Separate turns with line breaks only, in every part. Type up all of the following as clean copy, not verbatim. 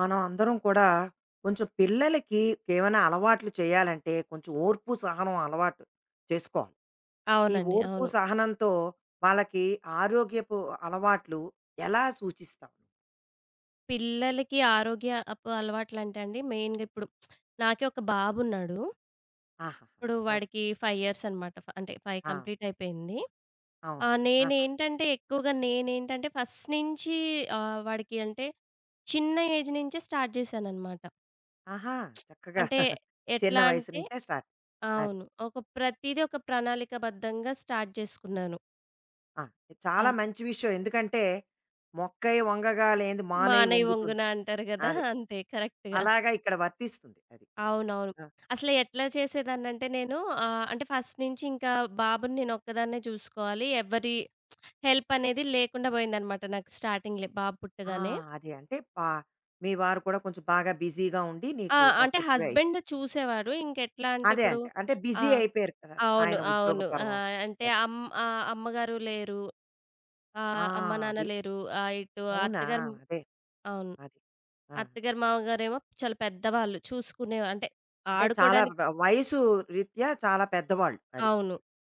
మనం అందరం కూడా కొంచెం పిల్లలకి ఏమైనా అలవాట్లు చేయాలంటే కొంచెం ఓర్పు సహనం అలవాటు చేసుకోవాలి. ఈ
అవునండి.
ఓర్పు
అవును.
సహనంతో వాళ్ళకి ఆరోగ్యపు అలవాట్లు ఎలా సూచిస్తావు?
పిల్లలకి ఆరోగ్యపు అలవాట్లంటే అండి మెయిన్‌గా ఇప్పుడు నాకే ఒక బాబున్నాడు.
ఆహాహా!
ఇప్పుడు
ఓకే.
వాడికి 5 ఇయర్స్ అనమాట. అంటే 5
ఆ!
కంప్లీట్ అయిపోయింది.
అవును. ఆహా!
నేనేంటంటే ఎక్కువగా ఫస్ట్ నుంచి వాడికి అంటే చిన్న ఏజ్ నుంచే స్టార్ట్ చేశాననమాట.
ఆహా! చక్కగా
అంటే
చిన్న
ఎట్లా
వయసు
అంటే
నుంచే స్టార్ట్. అది.
అవును. ప్రతీదీ ఒక ప్రణాళికబద్ధంగా స్టార్ట్ చేసుకున్నాను.
ఆ! ఇది చాలా
ఆ!
మంచి విషయం. ఎందుకంటే మొక్కై వంగగా లేనిది మానై
మానై
వంగుతుంది.
వంగున అంటారు గదా!
అది.
అంతే కరెక్ట్‌గా.
అలాగా ఇక్కడ వర్తిస్తుంది. అది.
అవునవును.
ఆ!
అసలు ఎట్లా చేసేదాన్నంటే నేను అంటే ఫస్ట్ నుంచి ఇంకా బాబుని నేను ఒక్కదాన్నే చూసుకోవాలి. ఎవ్వరి హెల్ప్ అనేది లేకుండా పోయిందనమాట నాకు స్టార్టింగ్‌లే బాబు
ఆ!
పుట్టగానే.
అదే. అంటే మీ వారు కూడా కొంచెం బాగా బిజీగా ఉండి
ఆ!
నీకు
అంటే
ఒక్కతివే
హస్బెండ్
అయిపోయావు.
చూసేవారు. ఇంకెట్లా అంటే
అదే
ఇప్పుడు
అంతే. అంటే
ఆ!
బిజీ అయిపోయారు కదా!
అవును.
ఆయన ఉద్యోగ
అవును.
పర్వం
అంటే
అది.
అమ్మగారు లేరు.
ఆ!
అమ్మ, నాన్న
అది.
లేరు. ఇటు
అవునా!
అత్తగారు
అదే.
అవును.
అది. ఆ!
అత్తగారు, మామగారేమో చాలా పెద్దవాళ్ళు చూసుకునేవారు. అంటే
అంటే చాలా
ఆడుకోవడానికి
వ వయసు రీత్యా చాలా పెద్దవాళ్ళు. అది.
అవును.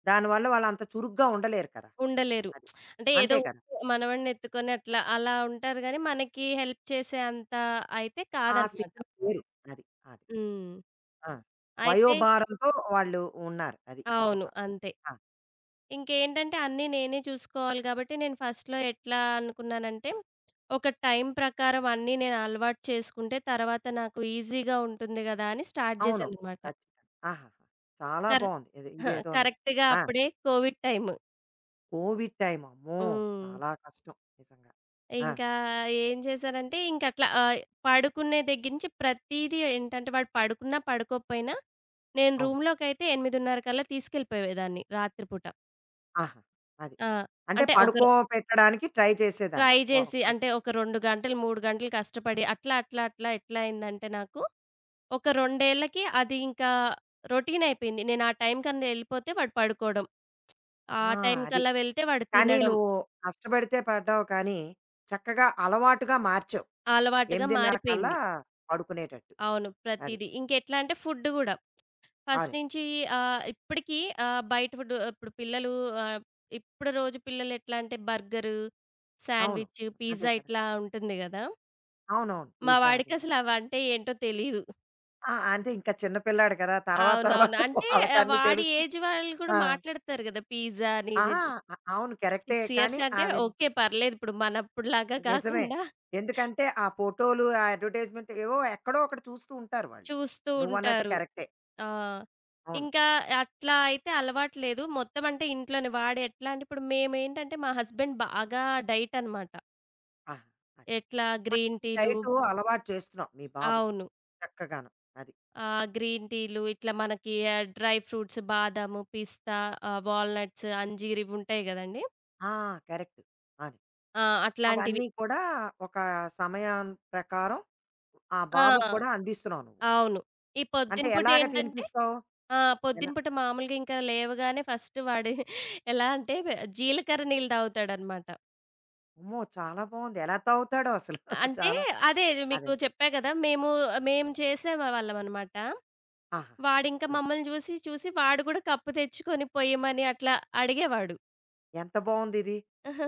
దానివల్ల వాళ్ళంత చురుగ్గా ఉండలేరు కదా!
ఉండలేరు.
అది.
అంటే ఏదో
అంతే కదా!
మనవడిని ఎత్తుకొని అట్లా, అలా ఉంటారు గానీ, మనకి హెల్ప్ చేసే అంత అయితే
ఆ
కాదనమాట.
స్థితిలో లేరు. అది. అది.
హ్మ్.
ఆ!
అయితే
వయోభారంతో వాళ్ళు ఉన్నారు. అది. ఒక
అవును. అంతే.
ఆ!
ఇంకేంటంటే అన్నీ నేనే చూసుకోవాలి గాబట్టి, నేను ఫస్ట్‌లో ఎట్లా అనుకున్నానంటే, ఒక టైం ప్రకారం అన్నీ నేను అలవాటు చేసుకుంటే, తర్వాత నాకు ఈజీగా ఉంటుంది గదా! అని స్టార్ట్
అవును.
జేశాననమాట.
ఖచ్చితంగా. ఆహాహా! చాలా
కర
బావుంది. ఇది ఇదేదోని.
కరెక్ట్‌గా
ఆ!
అప్పుడే కోవిడ్ టైము.
కోవిడ్ టైమ్ అమ్మో!
హ్మ్.
చాలా కష్టం నిజంగా. ఆ!
ఇంకా ఏం చేశారంటే, ఇంకట్లా పడుకునే దగ్గర నుంచి ప్రతీదీ ఏంటంటే, వాడు పడుకున్నా, పడుకోకపోయినా నేను
అవును.
రూమ్‌లోకైతే 8:30 కల్లా తీసుకెళ్ళిపోయేదాన్ని రాత్రిపూట.
ఆహా! అది.
ఆ!
అంటే
అంటే ఒకరు
పడుకో పెట్టడానికి ట్రై చేసేదానివి.
ట్రై జేసి
ఒక
అంటే ఒక 2 గంటలు, 3 గంటలు కష్టపడి అట్లా ఎట్లా అయిందంటే నాకు, ఒక 2 ఏళ్లకి అది ఇంకా రొటీన్ అయిపోయింది. నేను ఆ టైం కన్నా ఎళ్ళిపోతే వాడు పడుకోవడం. ఆ
ఆ!
టైం
అది.
కల్లా వెళ్తే వాడు
కానీ
తినడం.
నువ్వు కష్టపడితే పడ్డావు కానీ, చక్కగా అలవాటుగా మార్చావు.
అలవాటుగా
8:30 కల్లా
మారిపోయింది.
పడుకునేటట్టు.
అవును.
అది.
ప్రతీదీ. ఇంకెట్లా అంటే ఫుడ్ గూడా. ఫస్ట్
అది.
నుంచి ఇప్పటికి బయట ఫుడ్డు ఇప్పుడు పిల్లలు ఆహ్, ఇప్పుడు రోజు పిల్లలు ఎట్లా అంటే బర్గరు,
అవును.
శాండ్‌విచ్,
అదే
పిజ్జా
కదా!
ఇట్లా ఉంటుంది గదా!
అవునవును.
మా
పిజ్జా అవిను.
వాడికసలు అవంటే ఏంటో తెలీదు.
ఆ! అంటే ఇంకా చిన్న పిల్లాడు కదా! తర్వాత
అవునవును.
తర్వాత
అంటే
వాళ్ళకన్నీ
వాడి
తెలుస్తుంది.
ఏజ్ వాళ్ళు గూడా
ఆ!
మాట్లాడతారు గదా! పిజ్జా అని
ఆ!
ఇదని.
అవును. కరెక్టే
6
కానీ
ఇయర్స్ అంటే
ఆవిని
ఓకే. పర్లేదు. ఇప్పుడు మనప్పుడులాగా
నిజమే.
కాకుండా
ఎందుకంటే ఆ ఫోటోలు, ఆ అడ్వర్‌టైజ్‌మెంట్ ఏవో ఎక్కడో అక్కడ చూస్తూ ఉంటారు వాళ్ళు.
చూస్తూ
నువ్వన్నట్టు
ఉంటారు.
కరెక్టే.
ఆ!
అవును.
ఇంకా అట్లా అయితే అలవాటు లేదు. మొత్తం అంటే ఇంట్లోనే వాడు ఎట్లా అంటే ఇప్పుడు మేమేంటంటే మా హస్బెండ్ బాగా డైట్ అనమాట.
ఆహా! అది.
ఎట్లా గ్రీన్
మంచి
టీలు
డైటు అలవాటు చేస్తున్నావు మీ బాబుకి.
అవును.
చక్కగాను. అది.
ఆ! గ్రీన్ టీలు ఇట్లా మనకి డ్రై ఫ్రూట్స్ బాదాము, పిస్తా, వాల్‌నట్స్, అంజీర్ ఇవుంటాయి గదండీ!
ఆ! కరెక్ట్. అది.
ఆ! అట్లాంటివి.
అవన్నీ కూడా ఒక సమయం ప్రకారం ఆ బాబుకి
ఆ!
కూడా అందిస్తున్నావు నువ్వు.
అవును. ఈ
అంటే
పొద్దున పూట
ఎలాగ
ఏంటంటే
తినిపిస్తావు?
ఆ! పొద్దున
ఎలా?
పూట మామూలుగా ఇంకా లేవగానే ఫస్ట్ వాడు ఎలా అంటే జీలకర్ర నీళ్ళు తాగుతాడనమాట.
అమ్మో! చాలా బావుంది. ఎలా తాగుతాడో అసలు.
అంటే
చాలా
అదే
అదే.
మీకు చెప్పా గదా! మేము మేము చేసేవాళ్ళమనమాట.
ఆహాహా!
వాడింకా
హ్మ్.
మమ్మల్ని చూసి వాడు గూడా కప్పు తెచ్చుకొని పొయ్యమని అట్లా అడిగేవాడు.
ఎంత బావుందిది.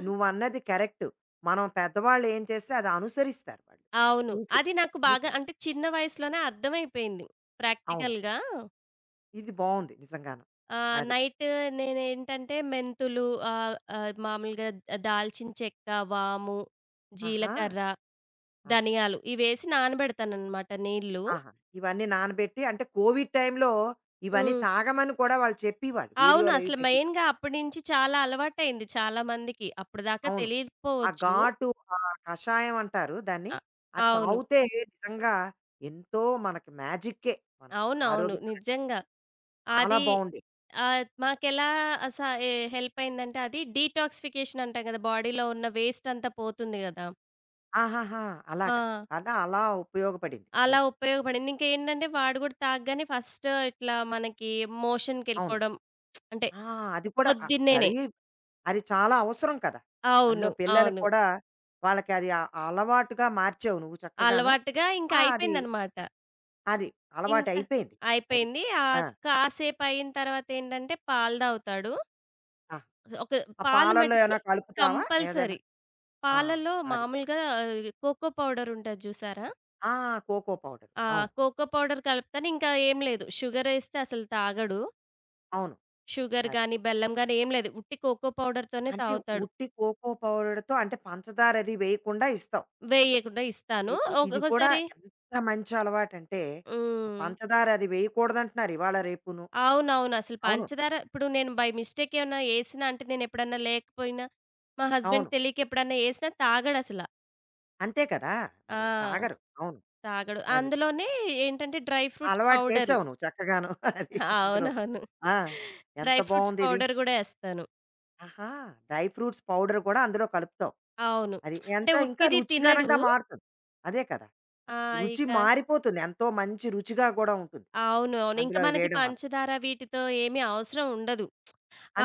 నువ్వన్నది కరెక్టు. మనం పెద్దవాళ్ళు ఏం చేస్తే అది అనుసరిస్తారు వాళ్ళు.
అవును.
చూసి.
అది నాకు బాగా
చూసినయి.
అంటే చిన్న వయసులోనే అర్థమైపోయింది.
అవును.
ప్రాక్టికల్‌గా
కరెక్ట్. ఇది బావుంది నిజంగాను. అది.
నైట్ నేనేంటంటే మెంతులు ఆహ్, ఆహ్, మామూలుగా దాల్చిన చెక్క, వాము,
ఆహా!
జీలకర్ర,
ఆహా!
ధనియాలు ఇవేసి నానబెడతాననమాట నీళ్లు.
ఆహా! ఇవన్నీ నానబెట్టి అంటే కోవిడ్ టైంలో ఇవన్నీ
హ్మ్.
తాగమని కూడా వాళ్ళు చెప్పేవాళ్ళు.
అవును.
వీడియోలవి
అసలు
పెట్టి.
మెయిన్‌గా అప్పటి నుంచి చాలా అలవాటయింది చాలా మందికి. అప్పటిదాకా
అవును. ఆ
తెలియకపోవచ్చు.
ఘాటు కషాయం అంటారు దాన్ని.
అ
అది
అవును.
తాగితే నిజంగా ఎంతో మనకి మ్యాజిక్కే మనకి.
అవునవును.
ఆరోగ్యపరంగా
నిజంగా.
చాలా
అది
బావుండేది.
ఆ! మాకెలా అస ఎ హెల్ప్ అయిందంటే అది డీటాక్సిఫికేషన్ అంటాం కదా! బాడీలో ఉన్న వేస్ట్ అంతా పోతుంది కదా!
ఆహాహా! అలాగా.
ఆ!
అలా అలా ఉపయోగపడింది
అలా
నీకు.
ఉపయోగపడింది. ఇంకేంటంటే వాడు కూడా తాగగానే ఫస్ట్ ఇట్లా మనకి
అవును.
మోషన్‌కెళ్ళిపోవడం అంటే
ఆ! అది కూడా
పొద్దున్నేనే.
మరీ అది చాలా అవసరం కదా! అందులో
అవును.
పిల్లలకి
అవును.
కూడా వాళ్ళకి అది అలవాటుగా మార్చావు నువ్వు చక్కగాను.
అలవాటుగా ఇంకా
ఆ! అది,
అయిపోయిందనమాట.
అది
ఇంకా
అలవాటయిపోయింది. అది.
అయిపోయింది.
ఆ!
కాసేపు అయిన తర్వాత ఏంటంటే పాలు తాగుతాడు.
ఆ!
ఒక
ఆ
పాలు
పాలల్లో
మటికి
ఏమైనా కలుపుతావా? ఏదైనా
కంపల్సరీ.
ఆ!
పాలల్లో
అది.
మామూలుగా కోకో పౌడర్ ఉంటది చూసారా?
ఆ! Cocoa powder.
ఆ!
అవును.
కోకో పౌడర్ కలుపుతాను. ఇంకా ఏం లేదు. షుగరేస్తే అసలు తాగడు.
అవును.
షుగర్
అది.
గాని, బెల్లం గాని ఏం లేదు. ఉట్టి కోకో పౌడర్‌తోనే
అంటే
తాగుతాడు.
ఉట్టి కోకో పౌడర్‌తో అంటే పంచదార అది వేయకుండా ఇస్తావు.
వేయకుండా
ఇ
ఇస్తాను.
ఇ- ఇది కూడా
ఒక్కొక్కసారి
ఎంత మంచి అలవాటంటే, ఆ
హ్మ్.
పంచదార అది వేయకూడదంటున్నారు ఇవాళ రేపును.
అవునవును. అసలు
అవును.
పంచదార ఇప్పుడు నేను బై మిస్టేక్ ఏమన్నా ఏసినా అంటే నేనెప్పుడన్నా లేకపోయినా, మా
అవును.
హస్బెండ్‌కి తెలియక ఎప్పుడన్నా ఏసినా తాగడసల.
అంతే కదా!
ఆ!
మరి తాగరు. అవును.
తాగడు.
అది.
అందులోనే ఏంటంటే డ్రై ఫ్రూట్స్
అలవాటు
పౌడరు.
చేసావు నువ్వు చక్కగాను. అది అందులో.
అవునవును.
ఆ! ఎంత
డ్రై ఫ్రూట్స్
బావుందిది.
పౌడర్ గూడా ఏస్తాను.
ఆహా! డ్రై ఫ్రూట్స్ పౌడర్ కూడా అందులో కలుపుతావు.
అవును.
అది. ఎంత
అంటే
ఇంకా
ఉట్టిది తినడు.
రుచికరంగా మారుతుంది. అదే కదా!
ఆ!
రుచి
ఇక
మారిపోతుంది. ఎంతో మంచి రుచిగా కూడా ఉంటుంది.
అవును. అవును. ఇంక
అందులో
మనకి
వేయడం వల్ల.
పంచదార వీటితో ఏమి అవసరం ఉండదు.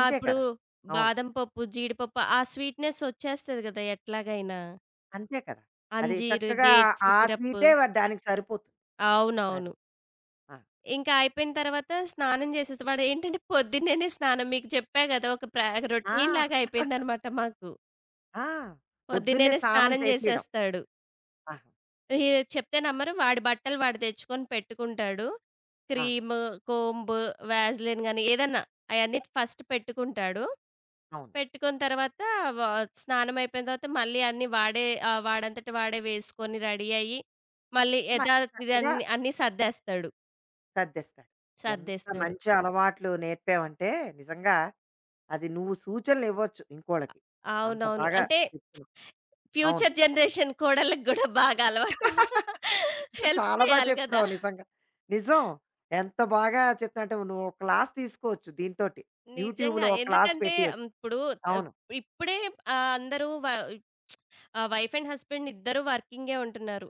ఆ! ఇప్పుడు
కదా! అవును.
బాదం పప్పు, జీడిపప్పు ఆ స్వీట్‌నెస్ వచ్చేస్తది గదా! ఎట్లాగైనా.
అంతే కదా! అది
అంజీరు,
చక్కగా
డేట్స్
ఆ
సిరప్పు.
స్వీటే వ దానికి సరిపోతుంది. అది.
అవునవును.
ఆ!
ఇంకా అయిపోయిన తర్వాత స్నానం చేసేసి వాడేంటంటే పొద్దున్నేనే స్నానం మీకు చెప్పా గదా! ఒక ప్రా
ఆ!
రొటీన్‌లాగా అయిపోయిందనమాట మాకు.
ఆ! పొద్దున్నే
పొద్దున్నేనే
స్నానం
స్నానం
చేసేయడం.
జేసేస్తాడు.
ఆహా!
మీరు చెప్తే నమ్మరు. వాడి బట్టలు వాడు తెచ్చుకొని పెట్టుకుంటాడు.
ఆ!
క్రీమ్, కోంబ్, వాజెలిన్ గాని ఏదన్నా అయన్నీ ఫస్ట్ పెట్టుకుంటాడు.
అవును.
పెట్టుకున్న తర్వాత వ స్నానం అయిపోయిన తర్వాత మళ్ళీ అన్నీ వాడే వాడంతట వాడే వేసుకొని రెడీ అయ్యి, మళ్ళీ
మరి
యథాతిథి
చక్కగా
అన్నీ సర్దేస్తాడు.
సర్దేస్తాడు. ఎంత
సర్దేస్తాడు.
మంచి అలవాట్లు నేర్పావంటే నిజంగా అది నువ్వు సూచనలు ఇవ్వచ్చు ఇంకోళ్ళకి. అంత
అవునవును.
బాగా
అంటే
చెప్తున్నావు. అవును.
ఫ్యూచర్ జనరేషన్ కోడళ్ళకి గూడా బాగా అలవాటు. హెల్ప్
చాలా బా
చేయాలి గదా!
చెప్తున్నావు నిజంగా. నిజం. ఎంత బాగా చెప్తున్నావు అంటే నువ్వు ఒక క్లాస్ తీసుకోవచ్చు దీనితోటి. యూట్యూబ్‌లో
నిజంగా.
ఒక క్లాస్
ఎందుకంటే
పెట్టియొచ్చు.
ఇప్పుడు ఆహ్,
అవును.
ఇప్పుడే అందరూ వ వైఫ్ అండ్ హస్బెండ్ ఇద్దరూ వర్కింగే ఉంటున్నారు.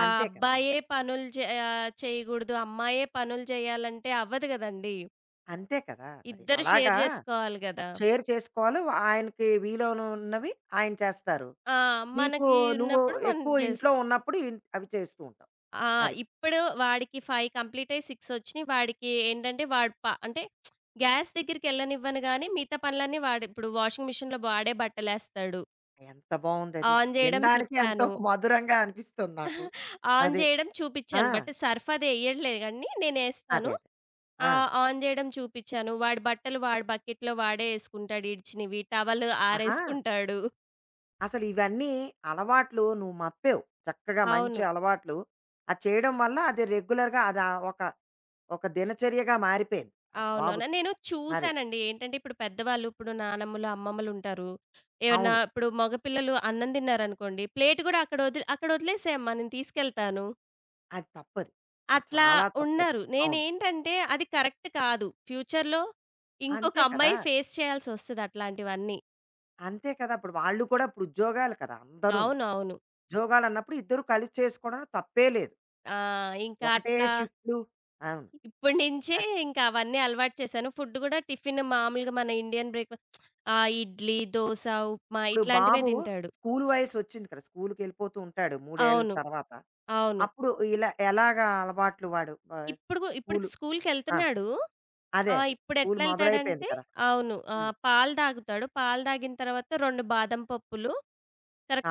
ఆ
అంతే కదా!
అబ్బాయే పనులు చే చేయగూడదు, అమ్మాయే పనులు చేయాలంటే అవ్వదు గదండీ!
అంతే కదా! మరి
ఇద్దరు షేర్
అలాగా
జేసుకోవాలి గదా!
షేర్ చేసుకోవాలి. ఆయనకి వీలును ఉన్నవి ఆయన చేస్తారు.
ఆ!
నీకు
మనకి
నువ్వు
ఉన్నప్పుడు మనం
ఎక్కువ
జేస్
ఇంట్లో ఉన్నప్పుడు ఇన్ అవి చేస్తూ ఉంటావు.
ఆ!
అది.
ఇప్పుడు వాడికి 5 కంప్లీట్ అయ్యి 6 వచ్చినియి. వాడికి ఏంటంటే వాడు ప అంటే గ్యాస్ దగ్గరికెళ్ళనివ్వను గానీ మిగతా పనులన్నీ వాడు ఇప్పుడు వాషింగ్ మిషన్‌లో వాడే బట్టలేస్తాడు.
ఎంత బావుందది.
ఆన్ జేయడం
వినడానికి ఎంతో
చెప్పాను.
మధురంగా అనిపిస్తుంది నాకు.
ఆన్
అదే.
జేయడం
ఆ!
చూపిచ్చాను. బట్ సర్ఫ్ అది ఎయ్యట్లేదు గానీ నేనేస్తాను.
అదే. అదే.
ఆ!
ఆ!
ఆన్ జేయడం చూపిచ్చాను. వాడి బకెట్‌లో వాడే యేసుకుంటాడు ఇడిచినవి. టవలు
ఆహా!
ఆరేసుకుంటాడు.
అసలు ఇవన్నీ అలవాట్లు నువ్వు మప్పావు. చక్కగా మంచి
అవును.
అలవాట్లు. అది చేయడం వల్ల అది రెగ్యులర్‌గా అది ఒక, ఒక దినచర్యగా మారిపోయింది. ఆ
అవునవును.
బాబుకి.
నేను
మరి.
చూసానండి. ఏంటంటే ఇప్పుడు పెద్దవాళ్ళు ఇప్పుడు నానమ్మలు, అమ్మమ్మలుంటారు. ఏమన్నా
అవును.
ఇప్పుడు మగ పిల్లలు అన్నం తిన్నారనుకోండి, ప్లేట్ గూడా అక్కడ వదిలేసేయమ్మా నేను తీసుకెళ్తాను.
అది తప్పది. అది
అట్లా
చాలా తప్పది.
ఉన్నారు.
అవును.
నేనేంటంటే అది కరెక్ట్ కాదు. ఫ్యూచర్‌లో ఇంకొక
అంతే కదా!
అమ్మాయి ఫేస్ చేయాల్సొస్తది అట్లాంటివన్నీ.
అంతే కదా! ఇప్పుడు వాళ్ళు కూడా ఇప్పుడు ఉద్యోగాలు కదా! అందరూను.
అవునవును.
ఉద్యోగాలన్నప్పుడు ఇద్దరు కలిసి చేసుకోవడంలో తప్పే లేదు.
ఆ! ఇంకా
ఒకటే
అట్లా
షిఫ్ట్లు. అవును.
ఇప్పటి నించే
అది.
ఇంకా అవన్నీ అలవాటు చేశాను. ఫుడ్ గూడా టిఫిన్ మామూలుగా మన ఇండియన్ ఆ! ఇడ్లీ, దోస, ఉప్మా
ఇప్పుడు
ఇట్లాంటివే
బాబు
తింటాడు.
స్కూలు వయసొచ్చింది కదా! స్కూలుకెళ్ళిపోతూ ఉంటాడు 3 ఏళ్ల
అవును.
తర్వాత.
అవును.
అప్పుడు ఇలా ఎలాగా అలవాట్లు వాడు?
ఇప్పుడు గు ఇప్పటికి
స్కూలు ఆ!
స్కూల్‌కెళ్తున్నాడు.
అదే.
ఆ!
అదే. స్కూలు
ఇప్పుడెట్లా
మొదలైపోయింది
ఎళ్తాడంటే
కదా!
అవును. ఆ!
హ్మ్.
పాలు తాగుతాడు. పాలు తాగిన తర్వాత 2 బాదం పప్పులు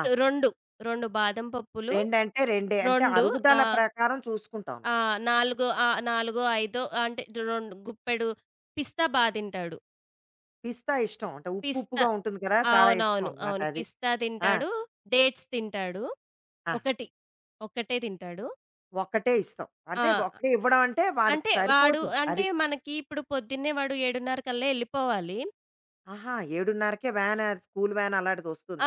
ఆ!
2, 2 బాదం పప్పులు
2 అంటే 2 అంటే
2 ఆ!
అరుగుదల ప్రకారం చూసుకుంటావు
ఆ!
నువ్వు.
4 ఆ! 4 ఐదో అంటే 2 గుప్పెడు పిస్తా బా తింటాడు.
పిస్తా ఇష్టం. అంటే ఉప్పు
పిస్తా
ఉప్పుగా ఉంటుంది కదా! చాలా ఇష్టం
అవునవును.
అనమాట
అవును.
అది.
పిస్తా
ఆ!
తింటాడు. డేట్స్ తింటాడు.
ఆహా!
ఒకటి. ఒకటే తింటాడు.
ఒక్కటే ఇస్తావు.
ఆ!
అంటే ఒకటే ఇవ్వడం అంటే వాడికి సరిపోతుంది.
అంటే
అది.
మనకి ఇప్పుడు పొద్దున్నే వాడు 7:30 కల్లా ఎళ్ళిపోవాలి.
ఆహా! 7:30కే వ్యాన్ స్కూలు వ్యాన్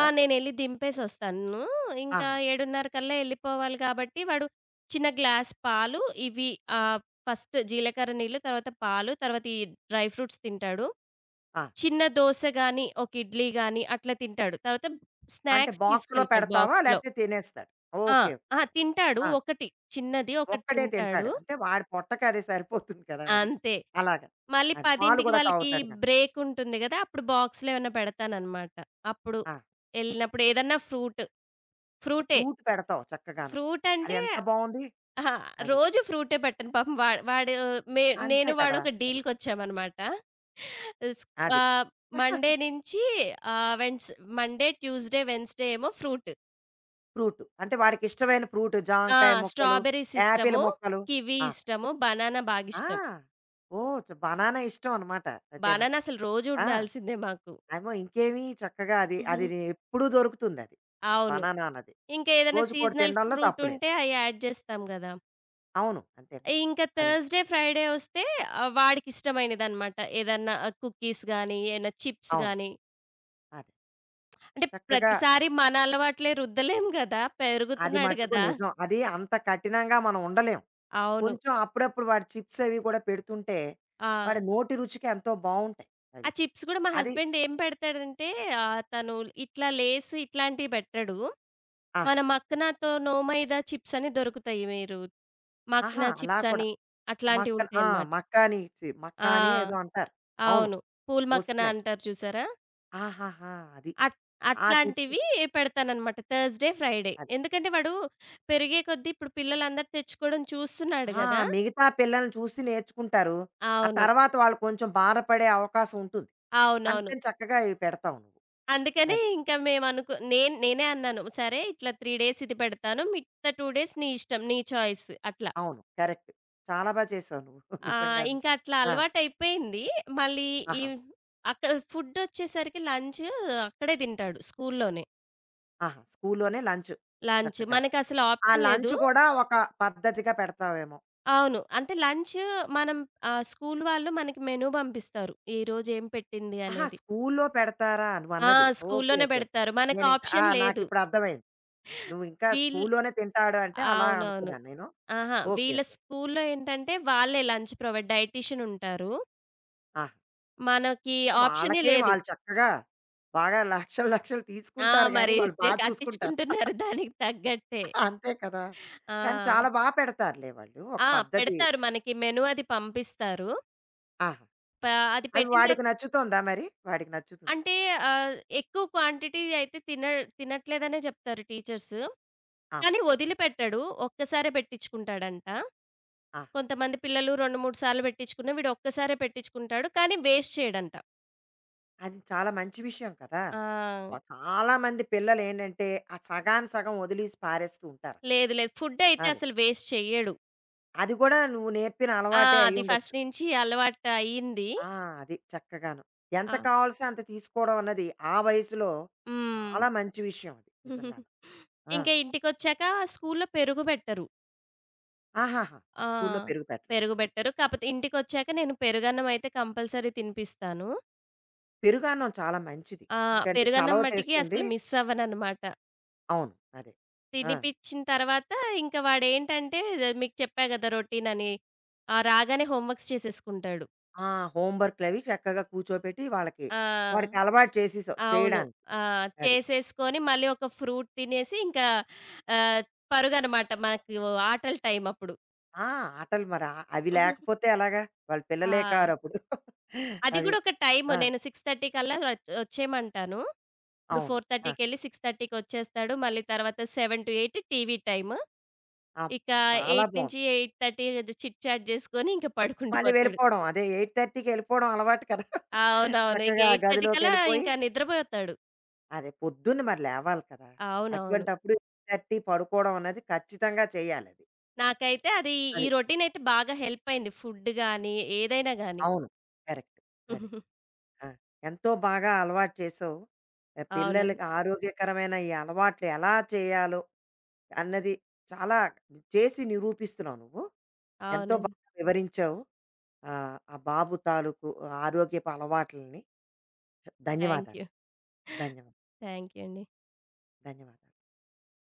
ఆ! నేనెళ్లి దింపేసొస్తాను. ఇంకా
ఆహా!
7:30 కల్లా ఎళ్ళిపోవాలి కాబట్టి వాడు చిన్న గ్లాస్ పాలు ఇవి ఆహ్, ఫస్ట్ జీలకర్ర నీళ్లు, తర్వాత పాలు, తర్వాత ఈ డ్రై ఫ్రూట్స్ తింటాడు.
ఆ!
చిన్న దోస గాని, ఒక ఇడ్లీ గాని అట్లా తింటాడు. తర్వాత
అంటే
స్నాక్స్
బాక్స్‌లో
తీసుకెళ్తాడు
పెడతావా?
బాక్స్‌లో.
లేతే తినేస్తాడు.
ఆ!
ఓకే. ఓకే.
అహా!
ఓకే.
తింటాడు.
ఆ!
ఒకటి. చిన్నది ఒకటి
ఒక్కడే
తింటాడు.
తింటాడు. అంటే వాడి పొట్టకి అది సరిపోతుంది కదా! అది.
అంతే.
అలాగా.
మళ్ళీ
అది. పాలు
10కి
కూడా
వాళ్ళకి
తాగుతాడు గనుక.
బ్రేక్ ఉంటుంది గదా! అప్పుడు బాక్స్‌లో ఏమన్నా పెడతాననమాట. అప్పుడు
ఆ!
ఎళ్ళినప్పుడు ఏదన్నా ఫ్రూట్. ఫ్రూటే.
ఫ్రూట్ పెడతావు చక్కగాను.
ఫ్రూట్ అంటే
అదెంత బావుంది.
అహా!
అది.
రోజు ఫ్రూటే పెట్టను. పాపం వాడు మే
అంతే
నేను వాడు
కదా!
ఒక
మరి.
డీల్‌కొచ్చామనమాట. స్
అది.
ఆహ్, మండే నుంచి ఆహ్, వెన్స్ మండే, ట్యూస్‌డే, వెన్స్‌డే ఏమో ఫ్రూట్.
ఫ్రూట్. అంటే వాడికిష్టమైన ఫ్రూట్
ఆ!
జాంకాయ ముక్కలు,
స్ట్రాబెర్రీస్
యాపిల్
ఇష్టము.
ముక్కలు.
కివి
ఆ!
ఇష్టము. బనానా
ఆ!
బాగిష్టం.
ఓహ్! బనానా ఇష్టం అన్నమాట అయితేను.
బనానా అసలు రోజు
ఆ!
ఉండాల్సిందే మాకు.
ఏమో ఇంకేమి చక్కగా అది అది ఎప్పుడూ దొరుకుతుందది.
అవును.
బనానా అన్నది.
ఇంకా ఏదైనా
రోజుకోటి
సీజనల్
తినడంలో
ఫ్రూట్
తప్పులేదు.
ఉంటే అయి యాడ్ చేస్తాం గదా!
అవును. అంతే.
ఇంకా
అదే.
థర్స్‌డే, ఫ్రైడే వస్తే వాడికిష్టమైనదనమాట. ఏదన్నా కుకీస్ గానీ, ఏదైనా చిప్స్
అవును.
గానీ,
అదే.
అంటే
చక్కగా
ప్రతిసారి మన అలవాట్లే రుద్దలేం గదా!
అది
పెరుగుతున్నాడు
మట్టుకు
గదా!
నిజం. అది అంత కఠినంగా మనం ఉండలేం.
అవును.
కొంచెం అప్పుడప్పుడు వాడు చిప్స్ అవి కూడా పెడుతుంటే, వాడి
ఆ!
నోటి రుచికి ఎంతో బావుంటాయి
ఆ
అవి.
చిప్స్ గూడా మా
అది
హస్బెండ్ ఏం పెడతాడంటే తను ఇట్లా లేస్ ఇట్లాంటివి పెట్టడు. మన
ఆహా!
మక్కనతో నో మైదా చిప్స్ అని దొరుకుతాయి మీరు
ఆహా!
మక్నా
అలా
చిప్స్
కూడా.
అని
మక్కన్ ఆ!
అట్లాంటివుంటాయనమాట.
మక్కా అని
ఆ!
ఏదో అంటారు. అవును.
అవును. పూల్ మక్కన
వస్తున్నాయి.
అంటారు చూసారా?
ఆహాహా! అది.
అట్
ఆ చిప్స్
అట్లాంటివి
అది.
పెడతాననమాట థర్స్‌డే, ఫ్రైడే. ఎందుకంటే వాడు పెరిగే కొద్దీ ఇప్పుడు పిల్లలందరూ తెచ్చుకోవడం చూస్తున్నాడు
ఆ!
గదా!
మిగతా పిల్లల్ని చూసి నేర్చుకుంటారు. ఆ
అవును.
తర్వాత వాళ్ళు కొంచెం బాధపడే అవకాశం ఉంటుంది.
అవునవును.
అందుకని చక్కగా ఇవి పెడతావు నువ్వు.
అందుకనే
అది.
ఇంకా మేమనుకు నేను నేనే అన్నాను. సరే ఇట్లా 3 డేస్ ఇది పెడతాను. మిగతా 2 డేస్ నీ ఇష్టం. నీ చాయిస్ అట్లా.
అవును. కరెక్ట్. చాలా బా చేసావు నువ్వు. నిజంగాను.
ఇంకా అట్లా
ఆ!
అలవాటయిపోయింది. మళ్ళీ ఈ
ఆహా!
అక్కడ ఫుడొచ్చేసరికి లంచ్ అక్కడే తింటాడు స్కూల్లోనే.
ఆహా! స్కూల్లోనే లంచ్.
లంచ్.
చక్కగా.
మనకసలు
ఆ
ఆప్షన్ లేదు.
లంచ్ కూడా ఒక పద్ధతిగా పెడతావేమో.
అవును. అంటే లంచ్ మనం స్కూల్ వాళ్ళు మనకి మెనూ పంపిస్తారు. ఈరోజు ఏం పెట్టింది
ఆహా!
అనేది.
స్కూల్‌లో పెడతారా
ఆ!
నువ్వన్నది. ఓకే.
స్కూల్లోనే
ఓకే.
పెడతారు. మనకు
నేనింకా ఆ!
ఆప్షన్ లేదు.
నాకిప్పుడు అర్థమైంది. నువ్వింకా
వీళ్
స్కూల్‌లోనే తింటాడు అంటే అలా
అవునవును.
అనుకున్నాను నేను.
అహా!
ఓకే.
వీళ్ళ
ఓకే.
స్కూల్‌లో ఏంటంటే వాళ్ళే లంచ్ ప్రొవైడ్ డైటీషియన్ ఉంటారు.
ఆహా!
మనకి
ఇంక
ఆప్షనే
వాళ్ళకే
లేదు.
వాళ్ళు చక్కగా బాగా లక్షలు, లక్షలు
ఆ!
తీసుకుంటారు గానీ,
మరి
వాళ్ళు బా చూసుకుంటారు.
కట్టించుకుంటున్నారు దానికి తగ్గట్టే.
అంతే కదా! కానీ
ఆ!
చాలా బా పెడతారులే వాళ్ళు. ఒక
ఆ!
పద్ధతి.
పెడతారు మనకి మెనూ అది పంపిస్తారు.
ఆహా!
ప అది
అవి
పెట్టిన తర్వాత
వాడికి నచ్చుతోందా మరి? వాడికి నచ్చుతుంది.
అంటే ఆహ్, ఎక్కువ క్వాంటిటీ అయితే తిన తినట్లేదనే చెప్తారు టీచర్స్. కానీ
అవును.
వదిలిపెట్టడు. ఒక్కసారే పెట్టించుకుంటాడంట.
ఆ!
కొంతమంది పిల్లలు 2, 3 సార్లు పెట్టించుకున్న వీడు ఒక్కసారే పెట్టించుకుంటాడు. కానీ వేస్ట్ చేయడంట.
అది చాలా మంచి విషయం కదా!
ఆ!
ఆ! చాలా మంది పిల్లలేంటంటే, ఆ సగానికి సగం వదిలేసి పారేస్తూ ఉంటారక్కడ.
లేదు లేదు. ఫుడ్ అయితే
అది.
అసలు వేస్ట్ చెయ్యడు.
అది గూడా నువ్వు నేర్పిన
ఆ!
అలవాటే
అది
అయ్యుండొచ్చు.
ఫస్ట్ నుంచి అలవాటు అయింది.
ఆ! అది చక్కగాను. ఎంత
ఆ!
కావాల్సో అంత తీసుకోవడం అన్నది ఆ వయసులో
హ్మ్.
చాలా మంచి విషయం అది నిజంగా. ఆ!
ఇంకా ఇంటికొచ్చాక స్కూల్‌లో పెరుగు పెట్టరు.
ఆహాహా!
ఆ!
స్కూల్లో పెరుగు పెట్టరు.
పెరుగు పెట్టరు. కాపోతే ఇంటికొచ్చాక నేను పెరుగన్నం అయితే కంపల్సరీ తినిపిస్తాను.
పెరుగన్నం చాలా మంచిది.
ఆ!
ఎందుకంటే
పెరుగన్నం
చలవ
మటికి
చేస్తుంది.
అసలు మిస్ అవ్వననమాట.
అవును. అదే. ఆ!
తినిపిచ్చిన తర్వాత ఇంక వాడేంటంటే మీకు చెప్పా గదా! రొటీనని. ఆ! రాగానే హోంవర్క్స్ చేసేసుకుంటాడు.
ఆ! హోమ్ వర్క్‌లవి చక్కగా కూర్చోపెట్టి వాళ్ళకి, వాడికి
ఆ!
అలవాటు చేసేసావు
అవును.
చేయడానికి.
ఆ!
అది.
చేసేసుకొని మళ్ళీ ఒక ఫ్రూట్ తినేసి ఇంకా ఆహ్, పరుగనమాట మాకు ఆటల టైమప్పుడు.
ఆ! ఆటలు మరి అవి లేకపోతే ఎలాగా? వాళ్ళు
ఆ!
పిల్లలే కారప్పుడు.
అది
అవి.
గూడా ఒక టైము.
ఆ!
నేను 6:30 కల్లా వచ్చేయమంటాను. ఇప్పుడు
అవును. ఆహా!
4:30కెళ్ళి 6:30కి వచ్చేస్తాడు. మళ్ళీ తర్వాత 7-8 టీవీ టైమ్.
అప్
ఇక
చాలా బావుంది.
8-8:30 ఏదో చిట్ చాట్ చేసుకొని ఇంక
మళ్ళీ
పడుకుండిపోతాడు.
వెళ్ళిపోవడం. అదే 8:30కి వెళ్ళిపోవడం అలవాటు కదా!
అవునవును. ఇంక
చక్కగా ఆ
8:30 కల్లా
గదిలోకెళ్ళిపోయి
ఇంకా నిద్రపోతాడు.
అదే పొద్దున్న మరి లేవాలి కదా!
అవునవును.
అటువంటప్పుడు 8:30 పడుకోవడం అన్నది ఖచ్చితంగా చేయాలి అది.
నాకైతే అది ఈ
అది.
రొటీన్ అయితే బాగా హెల్ప్ అయింది. ఫుడ్ గాని, ఏదైనా గాని.
అవును. కరెక్ట్. అదే. ఆ! ఎంతో బాగా అలవాటు చేసావు.
అవునండి.
పిల్లలకి ఆరోగ్యకరమైన ఈ అలవాట్లు ఎలా చేయాలో అన్నది చాలా చేసి నిరూపిస్తున్నావు నువ్వు. ఎంతో
అవునండి.
బాగా వివరించావు. ఆ బాబు తాలూకు ఆరోగ్యపు అలవాట్లని.
థాంక్
ధన్యవాదాలు.
యూ.
ధన్యవాదాలు.
థాంక్ యూ అండి.
ధన్యవాదాలు.